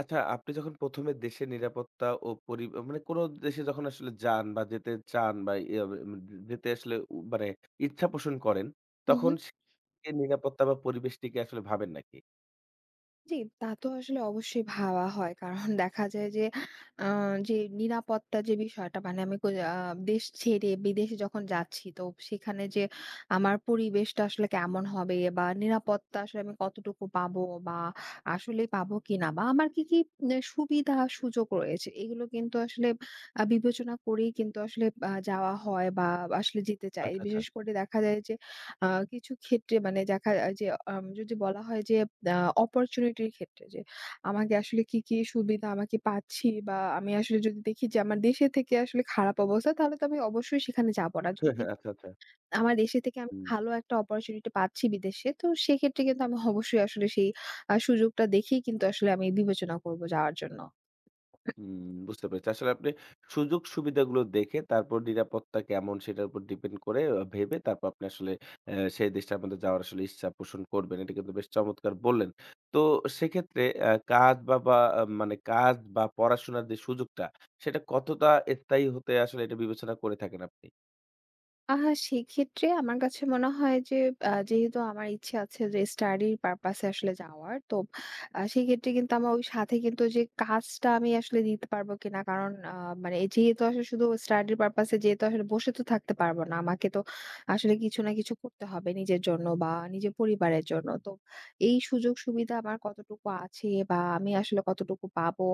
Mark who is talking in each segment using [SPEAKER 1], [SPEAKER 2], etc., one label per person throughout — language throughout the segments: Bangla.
[SPEAKER 1] আচ্ছা, আপনি যখন ১ম এ দেশের নিরাপত্তা ও পরি মানে কোন দেশে যখন আসলে যান বা যেতে চান বা যেতে আসলে উ মানে ইচ্ছা পোষণ করেন,
[SPEAKER 2] হুম,
[SPEAKER 1] তখন
[SPEAKER 2] হুম।
[SPEAKER 1] সে নিরাপত্তা বা পরিবেশটিকে আসলে ভাবেন নাকি?
[SPEAKER 2] জি, তা তো আসলে অবশ্যই ভাবা হয়। কারণ দেখা যায় যে আ যে নিরাপত্তা যে বিষয়টা মানে আমি কই দেশ ছেড়ে বিদেশে যখন যাচ্ছি, তো সেখানে যে আমার পরিবেশটা আসলে কেমন হবে বা নিরাপত্তা আসলে আমি কতটুকু পাবো বা আসলেই পাবো কিনা বা আমার কি, কি এ সুবিধা সুযোগ রয়েছে এগুলো কিন্তু আসলে বিবেচনা করেই কিন্তু আসলে যাওয়া হয় বা আসলে যেতে চাই।
[SPEAKER 1] আচ্ছা, আচ্ছা।
[SPEAKER 2] বিশেষ করে দেখা যায় যে আ কিছু ক্ষেত্রে মানে দেখা যায় যে যদি বলা হয় যে আ অপরচুনিটির ক্ষেত্রে যে আমাকে আসলে কি, কি সুবিধা আমাকে পাচ্ছি বা আমি আসলে যদি দেখি যে আমার দেশে থেকে আসলে খারাপ অবস্থা, তাহলে তো আমি অবশ্যই সেখানে যাবো না। যদি দেখি
[SPEAKER 1] আচ্ছা, আচ্ছা।
[SPEAKER 2] আমার দেশে থেকে আমি
[SPEAKER 1] হুম।
[SPEAKER 2] ভালো একটা অপরচুনিটি পাচ্ছি বিদেশে, তো সেক্ষেত্রে কিন্তু আমি অবশ্যই আসলে সেই সুযোগটা দেখেই কিন্তু আসলে আমি বিবেচনা করব যাওয়ার জন্য।
[SPEAKER 1] হুম, বুঝতে পেরেছি। আসলে আপনি সুযোগ সুবিধাগুলো দেখে তারপর নিরাপত্তা কেমন সেটার উপর ডিপেন্ড করে ভেবে তারপর আপনি আসলে সেই দেশটার মধ্যে যাওয়ার আসলে ইচ্ছা পোষণ করবেন। এটা কিন্তু বেশ চমৎকার বললেন। তো সেক্ষেত্রে কাজ বা মানে কাজ বা, পড়াশোনার যে সুযোগটা সেটা কতটা স্থায়ী হতে আসলে এটা বিবেচনা করে থাকেন আপনি?
[SPEAKER 2] সেক্ষেত্রে আমার কাছে মনে হয় যে যেহেতু আমার ইচ্ছে আছে যে স্টাডির পারপাসে আসলে যাওয়ার। তো সেক্ষেত্রে কিন্তু আমার ওই সাথে কিন্তু যে কাজটা আমি আসলে দিতে পারবো কিনা। কারণ মানে যেহেতু আসলে শুধু স্টাডির পারপাসে যেহেতু আসলে বসে তো থাকতে পারবো না। আমাকে তো আসলে কিছু না কিছু করতে হবে নিজের জন্য বা নিজের পরিবারের জন্য। তো এই সুযোগ সুবিধা আমার কতটুকু আছে বা আমি আসলে কতটুকু পাবো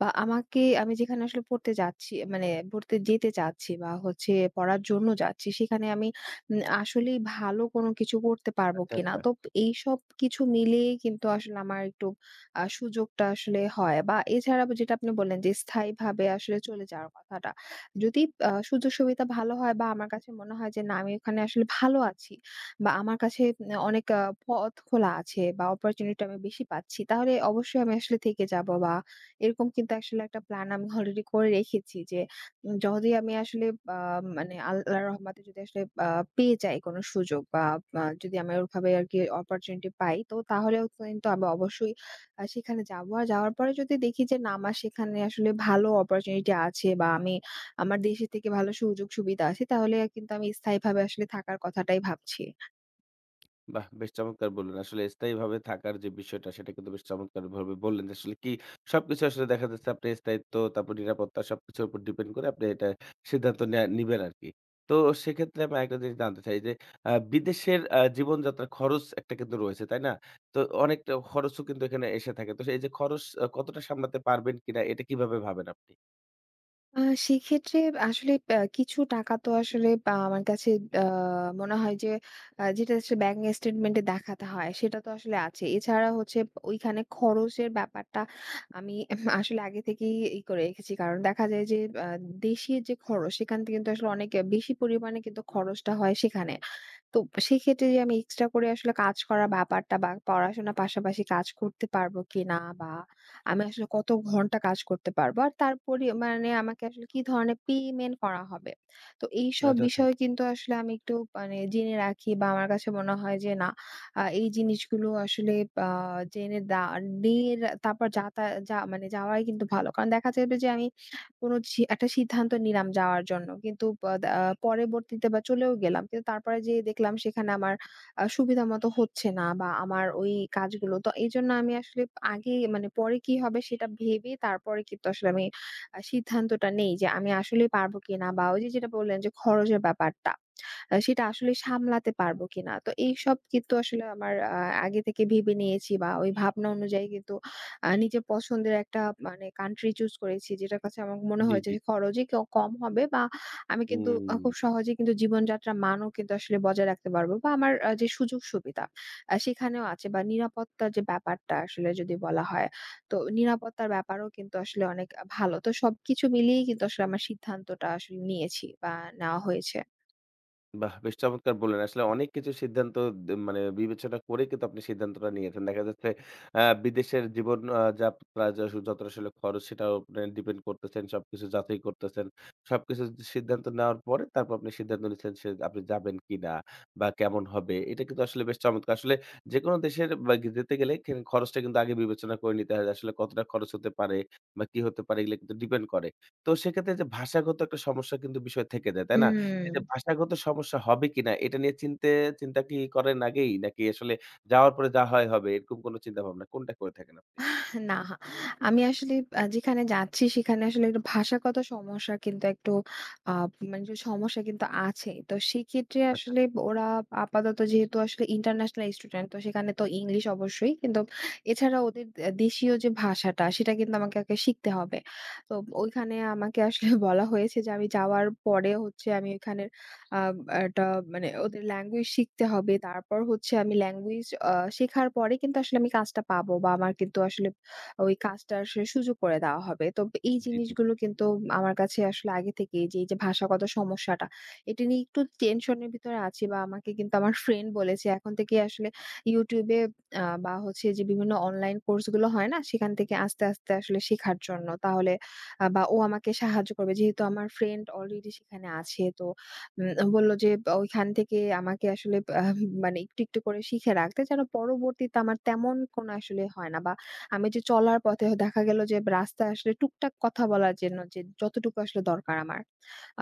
[SPEAKER 2] বা আমাকে আমি যেখানে আসলে পড়তে যাচ্ছি মানে পড়তে যেতে চাচ্ছি বা হচ্ছে পড়ার জন্য যাচ্ছি সেখানে আমি আসলেই ভালো কোনো কিছু করতে পারবো
[SPEAKER 1] আচ্ছা,
[SPEAKER 2] কিনা,
[SPEAKER 1] আচ্ছা।
[SPEAKER 2] তো এইসব কিছু মিলিয়ে কিন্তু আসলে আমার একটু সুযোগটা আসলে হয় বা এছাড়া যেটা আপনি বললেন যে স্থায়ীভাবে আসলে চলে যাওয়ার কথাটা যদি সুযোগ সুবিধা ভালো হয় বা আমার কাছে মনে হয় যে না আমি ওখানে আসলে ভালো আছি বা আমার কাছে অনেক পথ খোলা আছে বা অপরচুনিটি আমি বেশি পাচ্ছি, তাহলে অবশ্যই আমি আসলে থেকে যাব বা এরকম কিন্তু আসলে একটা প্ল্যান আমি অলরেডি করে রেখেছি যে যদি আমি আসলে আ, মানে আল্লাহর রহমতে যদি আসলে আ, পেয়ে যাই কোনো সুযোগ বা যদি আমি ওভাবে আর কি অপরচুনিটি পাই, তো তাহলেও কিন্তু আমি অবশ্যই সেখানে যাবো। আর যাওয়ার পরে যদি দেখি যে না আমার সেখানে আসলে ভালো অপরচুনিটি আছে বা আমি আমার দেশে থেকে ভালো সুযোগ সুবিধা আছে, তাহলে কিন্তু আমি স্থায়ীভাবে আসলে থাকার কথাটাই ভাবছি।
[SPEAKER 1] বাহ! বেশ চমৎকার বললেন। আসলে স্থায়ীভাবে থাকার যে বিষয়টা সেটা কিন্তু বেশ চমৎকারভাবে বললেন যে আসলে কি সবকিছু আসলে দেখা যাচ্ছে আপনি স্থায়িত্ব তারপর নিরাপত্তা সবকিছুর উপর ডিপেন্ড করে আপনি এটা সিদ্ধান্ত নেয়া নিবেন আরকি। তো সেক্ষেত্রে আমি আরেকটা জিনিস জানতে চাই যে বিদেশের জীবনযাত্রার খরচ একটা কিন্তু রয়েছে, তাই না? তো অনেকটা খরচও কিন্তু এখানে এসে থাকে। তো এই যে খরচ কতটা সামলাতে পারবেন কিনা এটা কিভাবে ভাবেন আপনি?
[SPEAKER 2] আ সেক্ষেত্রে আসলে কিছু টাকা তো আসলে আমার কাছে আ মনে হয় যে যেটা আসলে ব্যাংক স্টেটমেন্টে দেখাতে হয় সেটা তো আসলে আছে। এছাড়া হচ্ছে ওইখানে খরচের ব্যাপারটা আমি আসলে আগে থেকেই করে রেখেছি। কারণ দেখা যায় যে আ দেশি যে খরচ সেখান থেকে কিন্তু আসলে অনেক বেশি পরিমাণে কিন্তু খরচটা হয় সেখানে। তো সেক্ষেত্রে যে আমি এক্সট্রা করে আসলে কাজ করার ব্যাপারটা বা পড়াশোনার পাশাপাশি কাজ করতে পারবো কিনা বা আমি আসলে কত ঘন্টা কাজ করতে পারবো? আর তার পরি মানে আমাকে আসলে কি ধরনের পেমেন্ট করা হবে? তো এইসব
[SPEAKER 1] আচ্ছা, আচ্ছা।
[SPEAKER 2] বিষয় কিন্তু আসলে আমি একটু মানে জেনে রাখি বা আমার কাছে মনে হয় যে না, এই জিনিসগুলো আসলে আ জেনে নিয়ে তারপর যা মানে যাওয়াই কিন্তু ভালো। কারণ দেখা যাবে যে আমি কোনো একটা সিদ্ধান্ত নিলাম যাওয়ার জন্য। কিন্তু প দা পরবর্তীতে বা চলেও গেলাম। কিন্তু তারপরে যেয়ে দেখলাম সেখানে আমার সুবিধা মতো হচ্ছে না বা আমার ওই কাজগুলো। তো এজন্য আমি আসলে আগে মানে পরে কি হবে সেটা ভেবে তারপরে কিন্তু আসলে আমি সিদ্ধান্তটা নেই যে আমি আসলেই পারব কিনা বা ওই যে যেটা বললেন যে খরচের ব্যাপারটা। সেটা আসলে সামলাতে পারবো কিনা। তো এইসব কিন্তু আসলে আমার আগে থেকে ভেবে নিয়েছি বা ওই ভাবনা অনুযায়ী কিন্তু নিজের পছন্দের একটা মানে কান্ট্রি চুজ করেছি। যেটার কাছে আমার মনে
[SPEAKER 1] জি,
[SPEAKER 2] হয়েছে
[SPEAKER 1] জি।
[SPEAKER 2] যে খরচই কম হবে বা আমি কিন্তু
[SPEAKER 1] হুম।
[SPEAKER 2] খুব সহজেই কিন্তু জীবনযাত্রার মানও কিন্তু আসলে বজায় রাখতে পারবো বা আমার যে সুযোগ সুবিধা সেখানেও আছে বা নিরাপত্তার যে ব্যাপারটা আসলে যদি বলা হয়, তো নিরাপত্তার ব্যাপারও কিন্তু আসলে অনেক ভালো। তো সবকিছু মিলিয়েই কিন্তু আসলে আমার সিদ্ধান্তটা আসলে নিয়েছি বা নেওয়া হয়েছে।
[SPEAKER 1] বাহ! বেশ চমৎকার বললেন। আসলে অনেক কিছু সিদ্ধান্ত দ মানে বিবেচনা করে কিন্তু আপনি সিদ্ধান্তটা নিয়েছেন। দেখা যাচ্ছে বিদেশের জীবন আ যাপ আ য যতটা আসলে খরচ সেটাও আপনি ডিপেন্ড করতেছেন। সবকিছু যাচাই করতেছেন। সবকিছু সিদ্ধান্ত নেওয়ার পরে তারপর আপনি সিদ্ধান্ত নিচ্ছেন সে আপনি যাবেন কিনা বা কেমন হবে। এটা কিন্তু আসলে বেশ চমৎকার। আসলে যেকোনো দেশের বা যেতে গেলে খরচটা কিন্তু আগে বিবেচনা করে নিতে হয়। আসলে কতটা খরচ হতে পারে বা কি হতে পারে এগুলো কিন্তু ডিপেন্ড করে। তো সেক্ষেত্রে যে ভাষাগত একটা সমস্যা কিন্তু বিষয় থেকে যায়। তাই না? এই
[SPEAKER 2] হুম।
[SPEAKER 1] যে ভাষাগত সমস্যা হবে কিনা এটা নিয়ে চিন্তা কি করেন আগেই? নাকি আসলে যাওয়ার পরে যা হয় হবে এরকম কোন চিন্তাভাবনা কোনটা করে থাকেন আপনি?
[SPEAKER 2] না, আমি আসলে যেখানে যাচ্ছি সেখানে আসলে একটা ভাষাগত সমস্যা কিন্তু একটু আ মানে যে সমস্যা কিন্তু আছে। তো সেক্ষেত্রে
[SPEAKER 1] আচ্ছা,
[SPEAKER 2] আসলে
[SPEAKER 1] আচ্ছা।
[SPEAKER 2] ওরা আপাতত যেহেতু আসলে ইন্টারন্যাশনাল স্টুডেন্ট, তো সেখানে তো ইংলিশ অবশ্যই। কিন্তু এছাড়া ওদের দেশীয় যে ভাষাটা সেটা কিন্তু আমাকে আগে শিখতে হবে। তো ওইখানে আমাকে আসলে বলা হয়েছে যে আমি যাওয়ার পরে হচ্ছে আমি ওইখানের আ একটা মানে ওদের ল্যাঙ্গুয়েজ শিখতে হবে। তারপর হচ্ছে আমি ল্যাঙ্গুয়েজ শেখার পরে কিন্তু আসলে আমি কাজটা পাবো বা আমার কিন্তু আসলে ওই কাজটা আসলে সুযোগ করে দেওয়া হবে। তো এই
[SPEAKER 1] জি, জি, জি।
[SPEAKER 2] জিনিসগুলো কিন্তু আমার কাছে আসলে আগে থেকেই যে, এই যে ভাষাগত সমস্যাটা, এটা নিয়ে একটু টেনশনের ভিতরে আছি বা আমাকে কিন্তু আমার ফ্রেন্ড বলেছে এখন থেকে আসলে YouTube এ বা হচ্ছে যে বিভিন্ন অনলাইন কোর্স গুলো হয় না? সেখান থেকে আস্তে, আস্তে আসলে শেখার জন্য। তাহলে বা ও আমাকে সাহায্য করবে। যেহেতু আমার ফ্রেন্ড অলরেডি সেখানে আছে, তো বলল যে ওইখান থেকে আমাকে আসলে মানে একটু, একটু করে শিখে রাখতে, যেন পরবর্তীতে আমার তেমন কোনো আসলে হয় না বা আমি যে চলার পথে দেখা গেল যে রাস্তায় আসলে টুকটাক কথা বলার জন্য যে যতটুকু আসলে দরকার আমার।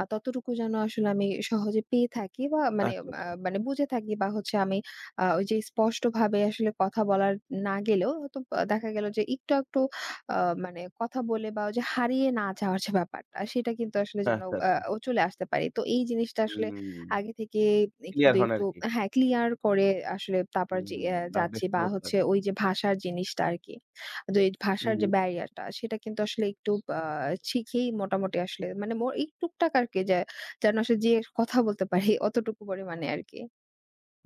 [SPEAKER 2] ততটুকু যেন আসলে আমি সহজে পেয়ে থাকি বা মানে
[SPEAKER 1] আচ্ছা, আচ্ছা।
[SPEAKER 2] মানে বুঝে থাকি বা হচ্ছে আমি ওই যে স্পষ্টভাবে আসলে কথা বলার না গেলেও হয়তো দেখা গেল যে একটু একটু আ মানে কথা বলে বা ওই যে হারিয়ে না যাওয়ার যে ব্যাপারটা সেটা কিন্তু আসলে যেন
[SPEAKER 1] আচ্ছা, আচ্ছা।
[SPEAKER 2] ও চলে আসতে পারি। তো এই জিনিসটা আসলে
[SPEAKER 1] হুম।
[SPEAKER 2] আগে থেকে
[SPEAKER 1] ক্লিয়ার
[SPEAKER 2] কিন্তু
[SPEAKER 1] হন
[SPEAKER 2] একটু
[SPEAKER 1] আরকি।
[SPEAKER 2] হ্যাঁ, ক্লিয়ার করে আসলে তারপর যে
[SPEAKER 1] হুম, বাহ!
[SPEAKER 2] যাচ্ছি
[SPEAKER 1] বেশ
[SPEAKER 2] বা
[SPEAKER 1] চমৎকার।
[SPEAKER 2] হচ্ছে ওই যে ভাষার জিনিসটা আরকি। কিন্তু এই
[SPEAKER 1] হুম।
[SPEAKER 2] ভাষার যে ব্যারিয়ার টা সেটা কিন্তু আসলে একটু আ শিখেই মোটামুটি আসলে মানে এই টুকটাক আরকি, যে যেন আসলে যেয়ে কথা বলতে পারি অতটুকু পরিমাণে আরকি।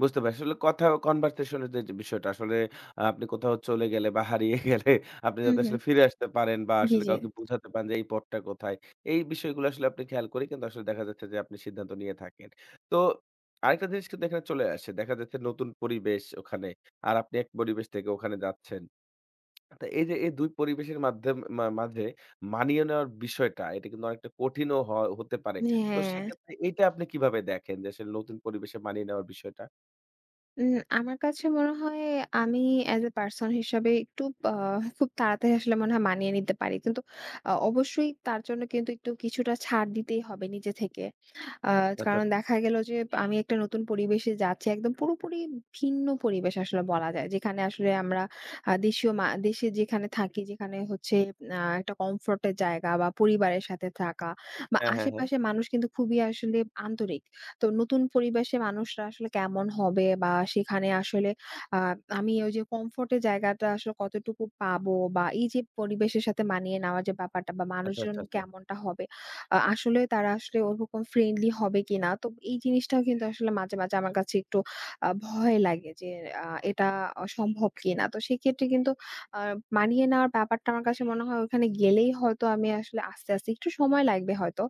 [SPEAKER 1] বুঝতে পারছি। আসলে কথা কনভারসেশন এর যে বিষয়টা আসলে আপনি কোথাও চলে গেলে বা হারিয়ে গেলে আপনি
[SPEAKER 2] হুম,
[SPEAKER 1] যাতে
[SPEAKER 2] হুম।
[SPEAKER 1] আসলে ফিরে আসতে পারেন বা
[SPEAKER 2] জি,
[SPEAKER 1] আসলে
[SPEAKER 2] জি।
[SPEAKER 1] কাউকে বুঝাতে পারেন যে এই পথটা কোথায়। এই বিষয়গুলো আসলে আপনি খেয়াল করে কিন্তু আসলে দেখা যাচ্ছে যে আপনি সিদ্ধান্ত নিয়ে থাকেন। তো আরেকটা জিনিস কিন্তু এখানে চলে আসে। দেখা যাচ্ছে নতুন পরিবেশ ওখানে। আর আপনি এক পরিবেশ থেকে ওখানে যাচ্ছেন। তো এই যে এই ২ পরিবেশের মাধ্যম মা মাঝে মানিয়ে নেওয়ার বিষয়টা এটা কিন্তু অনেকটা কঠিনও হতে পারে। তো
[SPEAKER 2] হ্যাঁ।
[SPEAKER 1] সেক্ষেত্রে এইটা আপনি কিভাবে দেখেন যে আসলে নতুন পরিবেশে মানিয়ে নেওয়ার বিষয়টা?
[SPEAKER 2] আমার কাছে মনে হয় আমি অ্যাজ এ পারসন হিসাবে একটু আ খুব তাড়াতাড়ি আসলে মনে হয় মানিয়ে নিতে পারি। কিন্তু অবশ্যই তার জন্য কিন্তু একটু কিছুটা ছাড় দিতেই হবে নিজে থেকে। আ
[SPEAKER 1] আচ্ছা। আচ্ছা।
[SPEAKER 2] কারণ দেখা গেল যে আমি একটা নতুন পরিবেশে যাচ্ছি। একদম পুরোপুরি ভিন্ন পরিবেশ আসলে বলা যায়। যেখানে আসলে আমরা দেশীয় দেশে যেখানে থাকি, যেখানে হচ্ছে একটা কমফোর্ট এর জায়গা বা পরিবারের সাথে থাকা বা
[SPEAKER 1] হ্যাঁ, হ্যাঁ, হ্যাঁ।
[SPEAKER 2] আশেপাশের মানুষ কিন্তু খুবই আসলে আন্তরিক। তো নতুন পরিবেশে মানুষরা আসলে কেমন হবে বা সেখানে আসলে আ আমি ওই যে কমফোর্টের জায়গাটা আসলে কতটুকু পাবো বা এই যে পরিবেশের সাথে মানিয়ে নেওয়ার যে ব্যাপারটা বা
[SPEAKER 1] আচ্ছা,
[SPEAKER 2] মানুষজন
[SPEAKER 1] আচ্ছা, আচ্ছা।
[SPEAKER 2] কেমনটা হবে। আসলে তারা আসলে ওরকম ফ্রেন্ডলি হবে কিনা। তো এই জিনিসটাও কিন্তু আসলে মাঝে, মাঝে আমার কাছে একটু ভয় লাগে যে এটা সম্ভব কিনা। তো সেক্ষেত্রে কিন্তু আ মানিয়ে নেওয়ার ব্যাপারটা আমার কাছে মনে হয় ওখানে গেলেই হয়তো আমি আসলে আস্তে, আস্তে একটু সময় লাগবে হয়তো।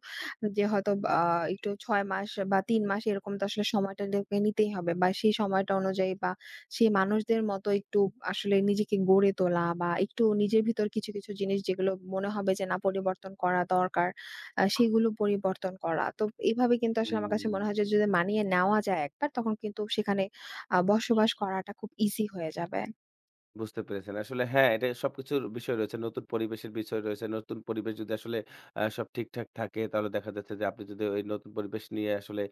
[SPEAKER 2] যে হয়তো আ একটু ৬ মাস বা ৩ মাস এরকম, তো আসলে সময়টা তাদেরকে নিতেই হবে বা সেই সময়টা অনুযায়ী বা সেই মানুষদের মতো একটু আসলে নিজেকে গড়ে তোলা বা একটু নিজের ভিতর কিছু, কিছু জিনিস যেগুলো মনে হবে যে না পরিবর্তন করা দরকার, সেগুলো পরিবর্তন করা। তো এভাবে কিন্তু আসলে আমার কাছে
[SPEAKER 1] হুম,
[SPEAKER 2] মনে হয় যে যদি মানিয়ে নেওয়া যায় একবার তখন কিন্তু সেখানে বসবাস করাটা খুব ইজি হয়ে যাবে।
[SPEAKER 1] বুঝতে পেরেছেন। আসলে হ্যাঁ, এটা সবকিছুর বিষয় রয়েছে। নতুন পরিবেশের বিষয় রয়েছে। নতুন পরিবেশ যদি আসলে সব ঠিকঠাক থাকে তাহলে দেখা যাচ্ছে যে আপনি যদি ওই নতুন পরিবেশ নিয়ে আসলে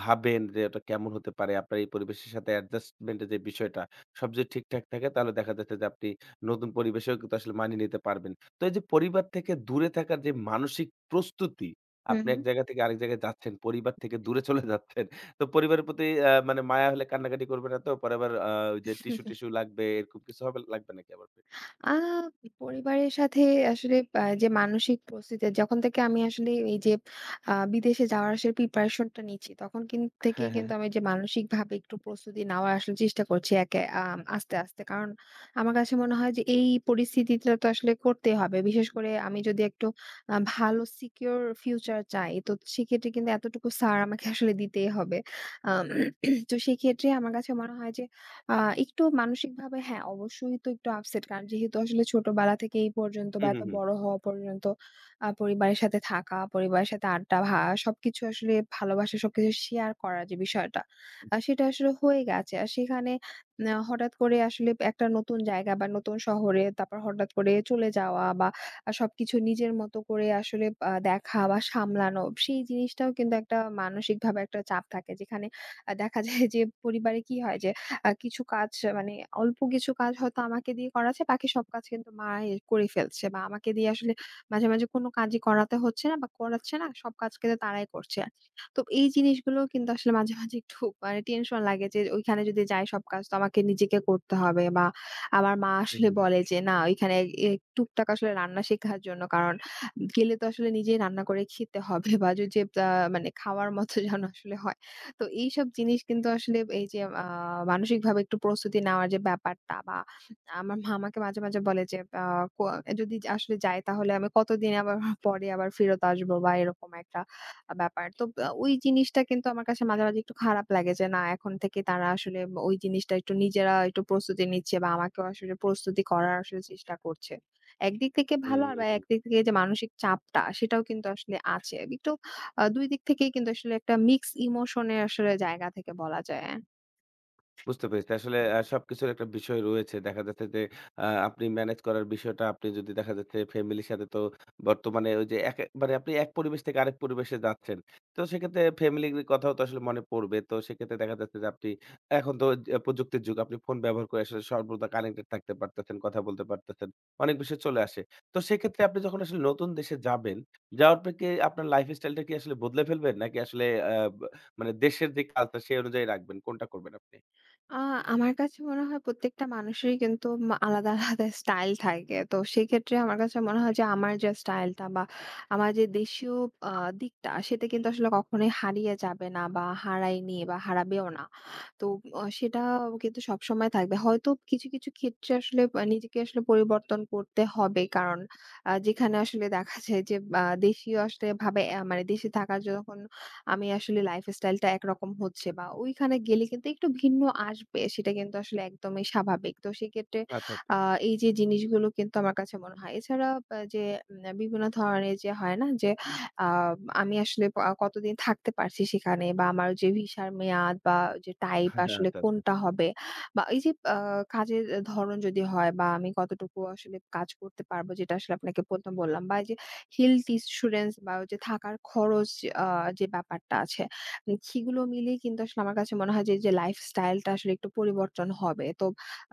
[SPEAKER 1] ভাবেন যে ওটা কেমন হতে পারে, আপনার এই পরিবেশের সাথে অ্যাডজাস্টমেন্ট এর যে বিষয়টা সব যদি ঠিকঠাক থাকে তাহলে দেখা যাচ্ছে যে আপনি নতুন পরিবেশেও কিন্তু আসলে মানিয়ে নিতে পারবেন। তো এই যে পরিবার থেকে দূরে থাকার যে মানসিক প্রস্তুতি, আপনি এক
[SPEAKER 2] হু,
[SPEAKER 1] জায়গা থেকে আরেক জায়গায় যাচ্ছেন, পরিবার থেকে দূরে চলে যাচ্ছেন। তো পরিবারের প্রতি আ মানে মায়া হলে কান্নাকাটি করবে না তো? পরে আবার ওই যে
[SPEAKER 2] হু।
[SPEAKER 1] টিস্যু-টিস্যু লাগবে এরকম কিছু হবে লাগবে নাকি আবার?
[SPEAKER 2] আ পরিবারের সাথে আসলে যে মানসিক প্রস্তুতি যখন থেকে আমি আসলে এই যে বিদেশে যাওয়ার আসলে প্রিপারেশন টা নিচ্ছি, তখন থেকেই
[SPEAKER 1] হ্যাঁ, হ্যাঁ,
[SPEAKER 2] কিন্তু
[SPEAKER 1] হ্যাঁ।
[SPEAKER 2] আমি যে মানসিকভাবে একটু প্রস্তুতি নেওয়ার আসলে চেষ্টা করছি একে আস্তে, আস্তে। কারণ আমার কাছে মনে হয় যে এই পরিস্থিতিটা তো আসলে করতেই হবে। বিশেষ করে আমি যদি একটু ভালো সিকিউর ফিউচার চাই, তো সেক্ষেত্রে কিন্তু এতটুকু ছাড় আমাকে আসলে দিতেই হবে। আম তো সেক্ষেত্রে আমার কাছে মনে হয় যে আ একটু মানসিকভাবে হ্যাঁ, অবশ্যই তো একটু আপসেট। কারণ যেহেতু আসলে ছোটবেলা থেকে এই পর্যন্ত
[SPEAKER 1] হু,
[SPEAKER 2] বা
[SPEAKER 1] হু,
[SPEAKER 2] এত
[SPEAKER 1] হু।
[SPEAKER 2] বড় হওয়া পর্যন্ত পরিবারের সাথে থাকা, পরিবারের সাথে আড্ডা, সবকিছু আসলে ভালোবাসা সবকিছু শেয়ার করার যে বিষয়টা, সেটা আসলে হয়ে গেছে। আর সেখানে হঠাৎ করে আসলে একটা নতুন জায়গা বা নতুন শহরে তারপর হঠাৎ করে চলে যাওয়া বা সবকিছু নিজের মতো করে আসলে দেখা বা সামলানো, সেই জিনিসটাও কিন্তু একটা মানসিকভাবে একটা চাপ থাকে। যেখানে দেখা যায় যে পরিবারে কি হয় যে কিছু কাজ মানে অল্প কিছু কাজ হয়তো আমাকে দিয়ে করাচ্ছে, বাকি সব কাজ কিন্তু মা করে ফেলছে বা আমাকে দিয়ে আসলে মাঝে, মাঝে কোনো কাজই করাতে হচ্ছে না বা করাচ্ছে না। সব কাজ কিন্তু তারাই করছে। তো এই জিনিসগুলো কিন্তু আসলে মাঝে, মাঝে একটু মানে টেনশন লাগে যে ওইখানে যদি যাই সব কাজ তো আমাকে নিজেকে করতে হবে বা আমার মা
[SPEAKER 1] হু,
[SPEAKER 2] আসলে
[SPEAKER 1] হু, হু।
[SPEAKER 2] বলে যে, "না ওইখানে এ টুকটাক আসলে রান্না শেখার জন্য, কারণ গেলে তো আসলে নিজেই রান্না করে খেতে হবে বা যে আ মানে খাওয়ার মতো যেন আসলে হয়।" তো এইসব জিনিস কিন্তু আসলে এই যে মানসিকভাবে একটু প্রস্তুতি নেওয়ার যে ব্যাপারটা বা আমার মা আমাকে মাঝে, মাঝে বলে যে ক যদি আসলে যাই তাহলে আমি কতদিন আবার পরে আবার ফেরত আসবো বা এরকম একটা ব্যাপার। তো ওই জিনিসটা কিন্তু আমার কাছে মাঝে, মাঝে একটু খারাপ লাগে যে না এখন থেকে তারা আসলে ওই জিনিসটা একটু নিজেরা একটু প্রস্তুতি নিচ্ছে বা আমাকেও আসলে প্রস্তুতি করার আসলে চেষ্টা করছে। একদিক থেকে ভালো
[SPEAKER 1] হুম।
[SPEAKER 2] আর বা
[SPEAKER 1] হুম।
[SPEAKER 2] একদিক থেকে যে মানসিক চাপটা সেটাও কিন্তু আসলে আছে। একটু ২ দিক থেকেই কিন্তু আসলে একটা মিক্স ইমোশনের আসলে জায়গা থেকে বলা যায়।
[SPEAKER 1] বুঝতে পেরেছি। আসলে সবকিছুর একটা বিষয় রয়েছে। দেখা যাচ্ছে যে আপনি ম্যানেজ করার বিষয়টা আপনি যদি দেখা যাচ্ছে ফ্যামিলির সাথে তো বর্তমানে ওই যে এক মানে আপনি এক পরিবেশ থেকে আরেক পরিবেশে যাচ্ছেন। তো সেক্ষেত্রে ফ্যামিলির কথাও তো আসলে মনে পড়বে। তো সেক্ষেত্রে দেখা যাচ্ছে যে আপনি এখন তো যে প্রযুক্তির যুগ। আপনি ফোন ব্যবহার করে আসলে সর্বদা কানেক্টেড থাকতে পারতেছেন, কথা বলতে পারতেছেন। অনেক বিষয় চলে আসে। তো সেক্ষেত্রে আপনি যখন আসলে নতুন দেশে যাবেন, যাওয়ার পর কি আপনার লাইফস্টাইলটা কি আসলে বদলে ফেলবেন? নাকি আসলে আ ব মানে দেশের যে কালচার সেই অনুযায়ী রাখবেন? কোনটা করবেন আপনি?
[SPEAKER 2] আ আমার কাছে মনে হয় প্রত্যেকটা মানুষেরই কিন্তু আলাদা, আলাদা স্টাইল থাকে। তো সেক্ষেত্রে আমার কাছে মনে হয় যে আমার যে স্টাইলটা বা আমার যে দেশীয় আ দিকটা সেটা কিন্তু আসলে কখনোই হারিয়ে যাবে না বা হারায়নি বা হারাবেও না। তো সেটা কিন্তু সবসময় থাকবে। হয়তো কিছু, কিছু ক্ষেত্রে আসলে নিজেকে আসলে পরিবর্তন করতে হবে। কারণ যেখানে আসলে দেখা যায় যে দেশীয় আসলে ভাবে মানে দেশে থাকার যখন আমি আসলে লাইফস্টাইলটা একরকম হচ্ছে বা ওইখানে গেলে কিন্তু একটু ভিন্ন আসবে। সেটা কিন্তু আসলে একদমই স্বাভাবিক। তো সেক্ষেত্রে
[SPEAKER 1] আচ্ছা, আচ্ছা।
[SPEAKER 2] আ এই যে জিনিসগুলো কিন্তু আমার কাছে মনে হয়। এছাড়া আ যে উম বিভিন্ন ধরনের যে হয় না যে আ আমি আসলে কতদিন থাকতে পারছি সেখানে বা আমার যে ভিসার মেয়াদ বা যে টাইপ আসলে
[SPEAKER 1] আচ্ছা, আচ্ছা।
[SPEAKER 2] কোনটা হবে বা এই যে কাজের ধরন যদি হয় বা আমি কতটুকু আসলে কাজ করতে পারবো, যেটা আসলে আপনাকে ১ম বললাম, বা এই যে হেলথ ইন্সুরেন্স বা ওই যে থাকার খরচ আ যে ব্যাপারটা আছে, সেগুলো মিলিয়ে কিন্তু আসলে আমার কাছে মনে হয় যে, যে লাইফস্টাইলটা আসলে একটু পরিবর্তন হবে। তো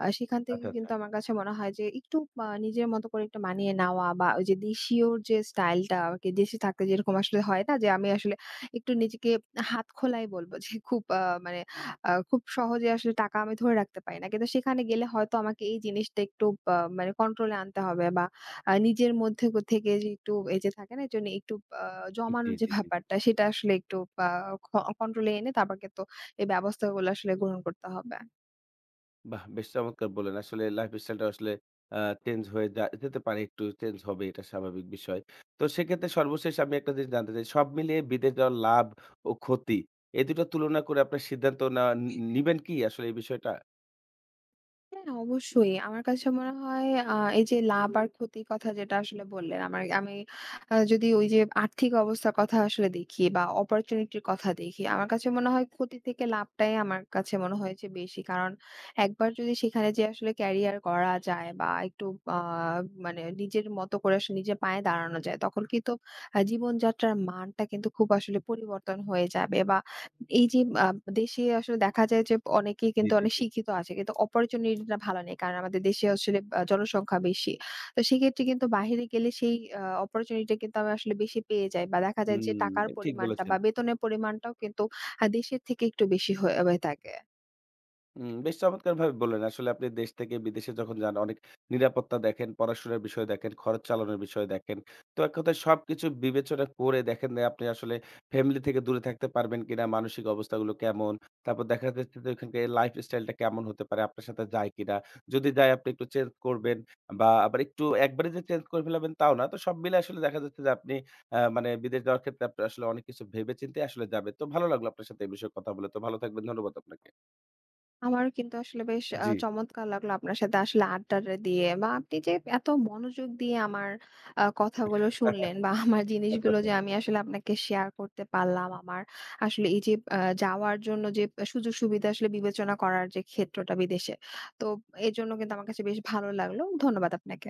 [SPEAKER 2] সেখান থেকে
[SPEAKER 1] আচ্ছা, আচ্ছা।
[SPEAKER 2] কিন্তু আমার কাছে মনে হয় যে একটু নিজের মতো করে একটু মানিয়ে নেওয়া, বা ওই যে দেশীয় যে স্টাইলটা আরকি দেশে থাকতে যেরকম আসলে হয় না? যে আমি আসলে একটু নিজেকে হাতখোলাই বলব, যে খুব মানে খুব সহজে আসলে টাকা আমি ধরে রাখতে পারি না। কিন্তু সেখানে গেলে হয়তো আমাকে এই জিনিসটা একটু মানে কন্ট্রোলে আনতে হবে বা নিজের মধ্যে থেকে যে একটু এই যে থাকে না? এইজন্য একটু আ
[SPEAKER 1] জি,
[SPEAKER 2] জমানোর যে
[SPEAKER 1] জি, জি, জি।
[SPEAKER 2] ব্যাপারটা সেটা আসলে একটু আ ক কন্ট্রোলে এনে তারপর কিন্তু এই ব্যবস্থাগুলো আসলে গ্রহণ করতে হবে।
[SPEAKER 1] বাহ! বেশ চমৎকার বললেন। আসলে লাইফস্টাইলটা আসলে আ চেঞ্জ হয়ে যেতে পারে, একটু চেঞ্জ হবে এটা স্বাভাবিক বিষয়। তো সেক্ষেত্রে সর্বশেষ আমি একটা জিনিস জানতে চাই। সব মিলিয়ে বিদেশ যাওয়ার লাভ ও ক্ষতি এই ২ টা তুলনা করে আপনার সিদ্ধান্ত নেওয়া নি নিবেন কি আসলে এই বিষয়টা?
[SPEAKER 2] হ্যাঁ, অবশ্যই। আমার কাছে মনে হয় এই যে লাভ আর ক্ষতির কথা যেটা আসলে বললেন, আমি যদি ওই যে আর্থিক অবস্থার কথা আসলে দেখি বা opportunity র কথা দেখি, আমার কাছে মনে হয় ক্ষতি থেকে লাভটাই আমার কাছে মনে হয়েছে বেশি। কারণ একবার যদি সেখানে যেয়ে আসলে ক্যারিয়ার করা যায় বা একটু আ মানে নিজের মতো করে আসলে নিজের পায়ে দাঁড়ানো যায়, তখন কিন্তু জীবনযাত্রার মানটা কিন্তু খুব আসলে পরিবর্তন হয়ে যাবে। বা এই যে, আ দেশে আসলে দেখা যায় যে অনেকেই
[SPEAKER 1] জি,
[SPEAKER 2] কিন্তু
[SPEAKER 1] জি,
[SPEAKER 2] অনেক
[SPEAKER 1] জি।
[SPEAKER 2] শিক্ষিত আছে, কিন্তু অপরচুনিটিটা ভালো নেই। কারণ আমাদের দেশে আসলে জনসংখ্যা বেশি। তো সেক্ষেত্রে কিন্তু বাহিরে গেলে সেই অপরচুনিটি কিন্তু আমি আসলে বেশি পেয়ে যাই। বা দেখা যায় যে
[SPEAKER 1] হুম,
[SPEAKER 2] টাকার
[SPEAKER 1] ঠিক
[SPEAKER 2] পরিমাণটা
[SPEAKER 1] বলেছেন।
[SPEAKER 2] বা বেতনের পরিমাণটাও কিন্তু দেশের থেকে একটু বেশি হয়ে হয়ে থাকে।
[SPEAKER 1] উম বেশ চমৎকারভাবে বললেন। আসলে আপনি দেশ থেকে বিদেশে যখন যান অনেক নিরাপত্তা দেখেন, পড়াশোনার বিষয় দেখেন, খরচ চালানোর বিষয় দেখেন। তো এক কথায় সবকিছু বিবেচনা করে দেখেন যে আপনি আসলে ফ্যামিলি থেকে দূরে থাকতে পারবেন কিনা, মানসিক অবস্থাগুলো কেমন? তারপর দেখা যাচ্ছে যে ওখানকার লাইফস্টাইলটা কেমন হতে পারে? আপনার সাথে যায় কিনা? যদি যায় আপনি একটু চেঞ্জ করবেন বা আবার একটু একবারে যে চেঞ্জ করে ফেলাবেন তাও না। তো সব মিলে আসলে দেখা যাচ্ছে যে আপনি আ মানে বিদেশ যাওয়ার ক্ষেত্রে আপনি আসলে অনেক কিছু ভেবে চিন্তে আসলে যাবেন। তো ভালো লাগলো আপনার সাথে এই বিষয়ে কথা বলে। তো ভালো থাকবেন। ধন্যবাদ আপনাকে।
[SPEAKER 2] আমারও কিন্তু আসলে বেশ
[SPEAKER 1] জি।
[SPEAKER 2] চমৎকার লাগলো আপনার সাথে আসলে আড্ডাটা দিয়ে, বা আপনি যে এত মনোযোগ দিয়ে আমার কথাগুলো
[SPEAKER 1] হ্যাঁ, হ্যাঁ।
[SPEAKER 2] শুনলেন, বা আমার
[SPEAKER 1] আচ্ছা,
[SPEAKER 2] জিনিসগুলো
[SPEAKER 1] আচ্ছা।
[SPEAKER 2] যে আমি আসলে আপনাকে শেয়ার করতে পারলাম। আমার আসলে এই যে যাওয়ার জন্য যে সুযোগ-সুবিধা আসলে বিবেচনা করার যে ক্ষেত্রটা বিদেশে। তো এজন্য কিন্তু আমার কাছে বেশ ভালো লাগলো। ধন্যবাদ আপনাকে।